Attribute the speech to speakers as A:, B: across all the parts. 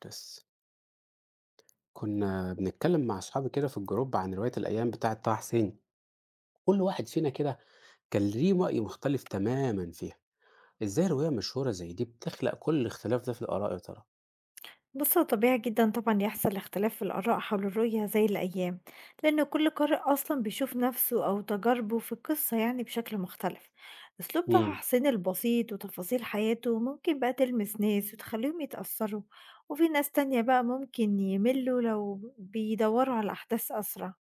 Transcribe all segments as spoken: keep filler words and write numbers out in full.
A: بس كنا بنتكلم مع أصحابي كده في الجروب عن رواية الأيام بتاعة طه حسين. كل واحد فينا كده كان ليه رأي مختلف تماما فيها. إزاي رواية مشهورة زي دي بتخلق كل الاختلاف ده في الآراء يا ترى؟
B: بُص، هو طبيعي جدًا طبعًا يحصل اختلاف في الآراء حول الرؤية زي الأيام، لأن كل قارئ أصلًا بيشوف نفسه أو تجاربه في القصة يعني بشكل مختلف. أسلوب
A: امم.
B: تحسين البسيط وتفاصيل حياته ممكن بقى تلمس ناس وتخليهم يتأثروا، وفي ناس تانية بقى ممكن يملوا لو بيدوروا على أحداث أسرع.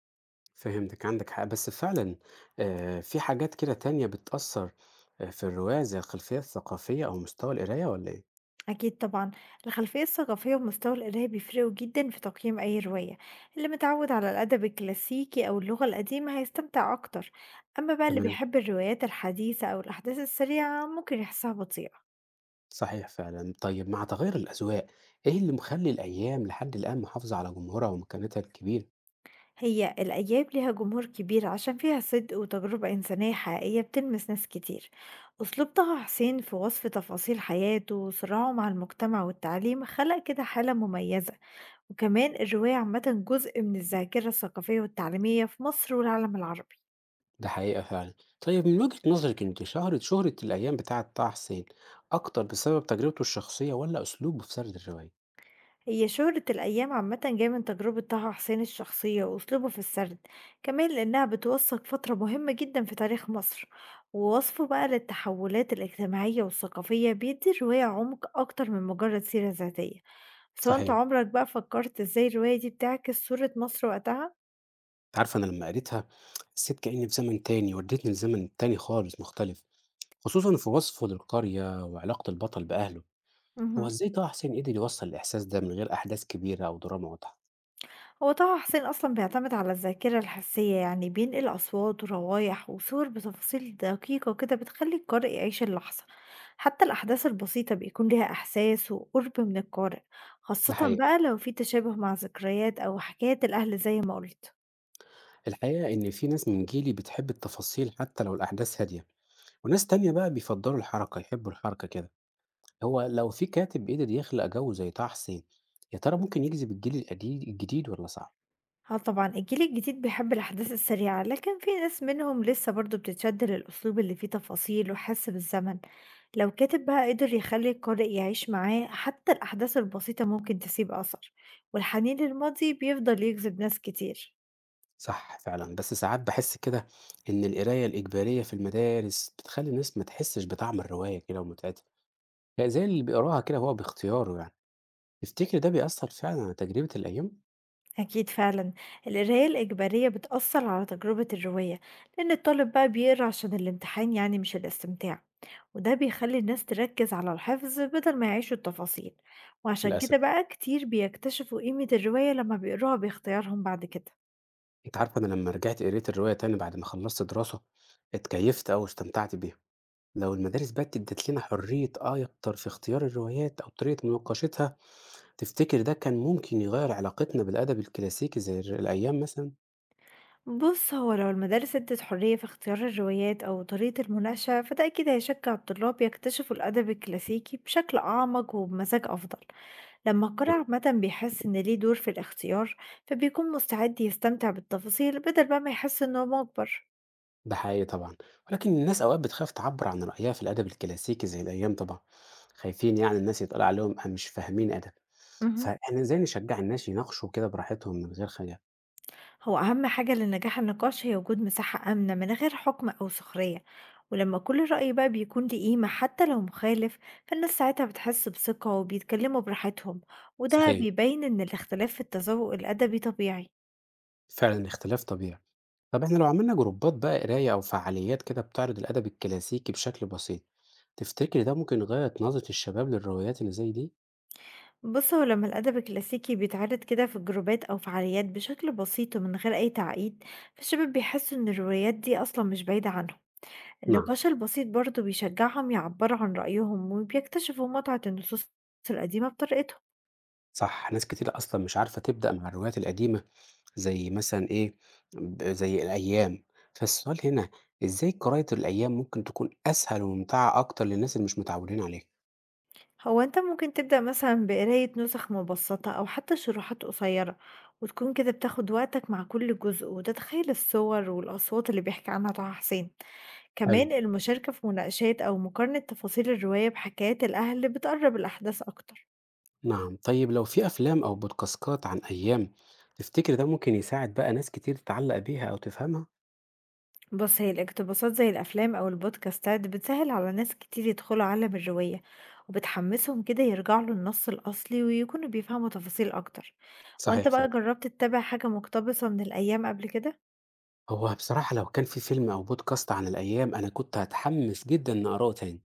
A: فهمتك، عندك حق بس فعلا. آه، في حاجات كده تانية بتأثر. آه، في الرواية زي الخلفية الثقافية أو مستوى القراية ولا إيه؟
B: أكيد طبعا، الخلفية الثقافية ومستوى القراية بيفرقوا جدا في تقييم أي رواية. اللي متعود على الأدب الكلاسيكي أو اللغة القديمة هيستمتع أكتر، أما بقى اللي
A: تمام.
B: بيحب الروايات الحديثة أو الأحداث السريعة ممكن يحسها بطيئة.
A: صحيح فعلا، طيب مع تغير الأذواق إيه اللي مخلي الأيام لحد الآن محافظة على جمهورها ومكانتها الكبيرة؟
B: هي الأياب ليها جمهور كبير عشان فيها صدق وتجربة إنسانية حقيقية بتلمس ناس كتير. أسلوب طه حسين في وصف تفاصيل حياته وصراعه مع المجتمع والتعليم خلق كده حالة مميزة، وكمان الرواية عامة جزء من الذاكرة الثقافية والتعليمية في مصر والعالم العربي.
A: ده حقيقة فعلا. طيب من وجهة نظرك انت، شهرة شهرة الأيام بتاعة طه حسين أكتر بسبب تجربته الشخصية ولا أسلوبه في سرد الرواية؟
B: هي شهرة الأيام عامة جاية من تجربة طه حسين الشخصية وأسلوبه في السرد، كمان لأنها بتوثق فترة مهمة جدا في تاريخ مصر، ووصفه بقى للتحولات الاجتماعية والثقافية بيدي الرواية عمق أكتر من مجرد سيرة ذاتية. سواء أنت
A: صحيح.
B: عمرك بقى فكرت إزاي الرواية دي بتعكس صورة مصر وقتها؟
A: أنت عارفة، أنا لما قريتها حسيت كأني في زمن تاني، وديتني لزمن تاني خالص مختلف، خصوصا في وصفه للقرية وعلاقة البطل بأهله. هو
B: مهم.
A: إزاي طه حسين قدر يوصل الإحساس ده من غير أحداث كبيرة أو دراما واضحة؟
B: هو طه حسين أصلًا بيعتمد على الذاكرة الحسية، يعني بينقل أصوات وروايح وصور بتفاصيل دقيقة كده بتخلّي القارئ يعيش اللحظة، حتى الأحداث البسيطة بيكون ليها إحساس وقرب من القارئ،
A: ده
B: خاصةً
A: حقيقة.
B: بقى لو في تشابه مع ذكريات أو حكايات الأهل زي ما قُلت.
A: الحقيقة إن في ناس من جيلي بتحب التفاصيل حتى لو الأحداث هادية، وناس تانية بقى بيفضلوا الحركة، يحبوا الحركة كده. هو لو في كاتب بيقدر يخلق جو زي طه حسين، يا ترى ممكن يجذب الجيل القديم الجديد ولا صعب؟
B: آه طبعًا، الجيل الجديد بيحب الأحداث السريعة، لكن في ناس منهم لسه برضه بتتشد للأسلوب اللي فيه تفاصيل وحس بالزمن. لو كاتب بقى قدر يخلّي القارئ يعيش معاه، حتى الأحداث البسيطة ممكن تسيب أثر، والحنين للماضي بيفضل يجذب ناس كتير.
A: صح فعلا، بس ساعات بحس كده إن القراية الإجبارية في المدارس بتخلي الناس ما تحسش بطعم الرواية كده ومتعتها، يعني زي اللي بيقراها كده هو باختياره. يعني تفتكر ده بيأثر فعلا على تجربة الأيام؟
B: أكيد فعلا، القراية الإجبارية بتأثر على تجربة الرواية، لأن الطالب بقى بيقرأ عشان الامتحان يعني مش الاستمتاع، وده بيخلي الناس تركز على الحفظ بدل ما يعيشوا التفاصيل، وعشان
A: للأسف.
B: كده بقى كتير بيكتشفوا قيمة الرواية لما بيقروها باختيارهم بعد كده.
A: أنت عارف، أنا لما رجعت قريت الرواية تاني بعد ما خلصت دراسة، اتكيفت أو استمتعت بيها. لو المدارس بقى ادت لنا حرية آه أكتر في اختيار الروايات أو طريقة مناقشتها، تفتكر ده كان ممكن يغير علاقتنا بالأدب الكلاسيكي زي الر- الأيام مثلا؟
B: بص، هو لو المدارس ادت حرية في اختيار الروايات أو طريقة المناقشة فده أكيد هيشجع الطلاب يكتشفوا الأدب الكلاسيكي بشكل أعمق وبمزاج أفضل. لما القارئ
A: نعم.
B: عامة بيحس إن ليه دور في الاختيار فبيكون مستعد يستمتع بالتفاصيل بدل بقى ما يحس إنه مجبر.
A: ده حقيقي طبعا، ولكن الناس أوقات بتخاف تعبر عن رأيها في الأدب الكلاسيكي زي الأيام طبعا، خايفين يعني الناس يتقال عليهم أه مش فاهمين أدب.
B: مهم.
A: فإحنا إزاي نشجع الناس يناقشوا كده براحتهم من غير خجل؟
B: هو أهم حاجة لنجاح النقاش هي وجود مساحة آمنة من غير حكم أو سخرية، ولما كل رأي بقى بيكون ليه قيمة حتى لو مخالف فالناس ساعتها بتحس بثقة وبيتكلموا براحتهم، وده
A: صحيح،
B: بيبين إن الاختلاف في التذوق الأدبي طبيعي.
A: فعلا اختلاف طبيعي. طب احنا لو عملنا جروبات بقى قراية أو فعاليات كده بتعرض الأدب الكلاسيكي بشكل بسيط، تفتكري ده ممكن يغير نظرة الشباب للروايات اللي زي دي؟
B: بُص، هو لمّا الأدب الكلاسيكي بيتعرض كده في الجروبات أو فعاليات بشكل بسيط ومن غير أي تعقيد، فالشباب بيحسوا إن الروايات دي أصلًا مش بعيدة عنهم.
A: نعم.
B: النقاش البسيط برضه بيشجعهم يعبّروا عن رأيهم، وبيكتشفوا متعة النصوص القديمة بطريقتهم.
A: صح، ناس كتير أصلا مش عارفة تبدأ مع الروايات القديمة، زي مثلا إيه، ب- زي الأيام. فالسؤال هنا، إزاي قراءة الأيام ممكن تكون أسهل وممتعة أكتر للناس اللي مش متعودين عليها؟
B: هو أنت ممكن تبدأ مثلًا بقراية نسخ مبسطة أو حتى شروحات قصيرة، وتكون كده بتاخد وقتك مع كل جزء، وتتخيل الصور والأصوات اللي بيحكي عنها طه حسين.
A: حلو.
B: كمان المشاركة في مناقشات أو مقارنة تفاصيل الرواية بحكايات الأهل بتقرب الأحداث أكتر.
A: نعم، طيب لو في أفلام أو بودكاستات عن أيام، تفتكر ده ممكن يساعد بقى ناس كتير تتعلق بيها أو تفهمها؟
B: بص، هي الاقتباسات زي الأفلام أو البودكاستات بتسهل على ناس كتير يدخلوا عالم الرواية، وبتحمسهم كده يرجعوا للنص الأصلي ويكونوا بيفهموا تفاصيل أكتر. وأنت
A: صحيح
B: بقى
A: فعلا.
B: جربت تتابع حاجة مقتبسة من الأيام قبل كده؟
A: هو بصراحة لو كان في فيلم أو بودكاست عن الأيام أنا كنت هتحمس جدا إني أقراه تاني،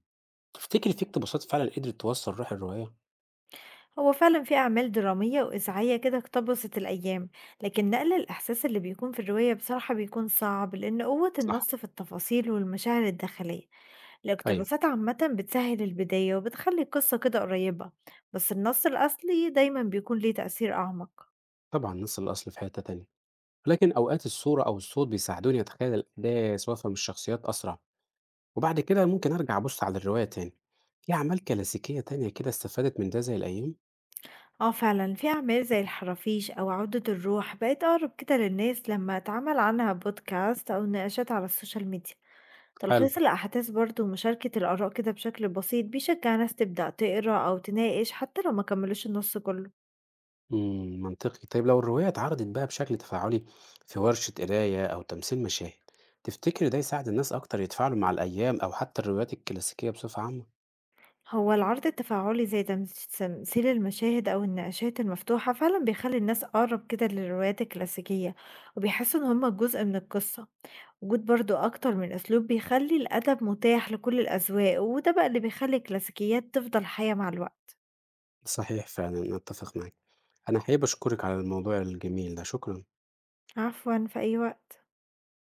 A: تفتكري في اقتباسات فعلا قدرت توصل روح الرواية؟
B: هو فعلا في أعمال درامية وإذاعية كده اقتبست الأيام، لكن نقل الإحساس اللي بيكون في الرواية بصراحة بيكون صعب لأن قوة
A: صح.
B: النص في التفاصيل والمشاعر الداخلية.
A: أيوه.
B: الاقتباسات عامة بتسهل البداية وبتخلي القصة كده قريبة، بس النص الأصلي دايما بيكون ليه تأثير أعمق.
A: طبعا نص الأصل في حتة تانية، لكن أوقات الصورة أو الصوت بيساعدوني أتخيل الأحداث وأفهم الشخصيات أسرع، وبعد كده ممكن أرجع أبص على الرواية تاني. في أعمال كلاسيكية تانية كده استفادت من ده زي الأيام؟
B: اه فعلا، في أعمال زي الحرافيش أو عودة الروح بقت أقرب كده للناس لما اتعمل عنها بودكاست أو نقاشات على السوشيال ميديا.
A: حلو.
B: تلخيص الأحداث برضو ومشاركة الآراء كده بشكل بسيط بيشجع ناس تبدأ تقرأ أو تناقش حتى لو ما كملوش النص كله.
A: امم، منطقي. طيب لو الرواية اتعرضت بقى بشكل تفاعلي، في ورشة قراية أو تمثيل مشاهد، تفتكر ده يساعد الناس أكتر يتفاعلوا مع الأيام أو حتى الروايات الكلاسيكية بصفة عامة؟
B: هو العرض التفاعلي زي تمثيل المشاهد أو النقاشات المفتوحة فعلا بيخلي الناس أقرب كده للروايات الكلاسيكية، وبيحسوا إن هما جزء من القصة. وجود برضو أكتر من أسلوب بيخلي الأدب متاح لكل الأذواق، وده بقى اللي بيخلي الكلاسيكيات تفضل حية مع الوقت.
A: صحيح فعلا، أنا أتفق معاك. أنا حابب أشكرك على الموضوع الجميل ده، شكرا.
B: عفوا، في أي وقت.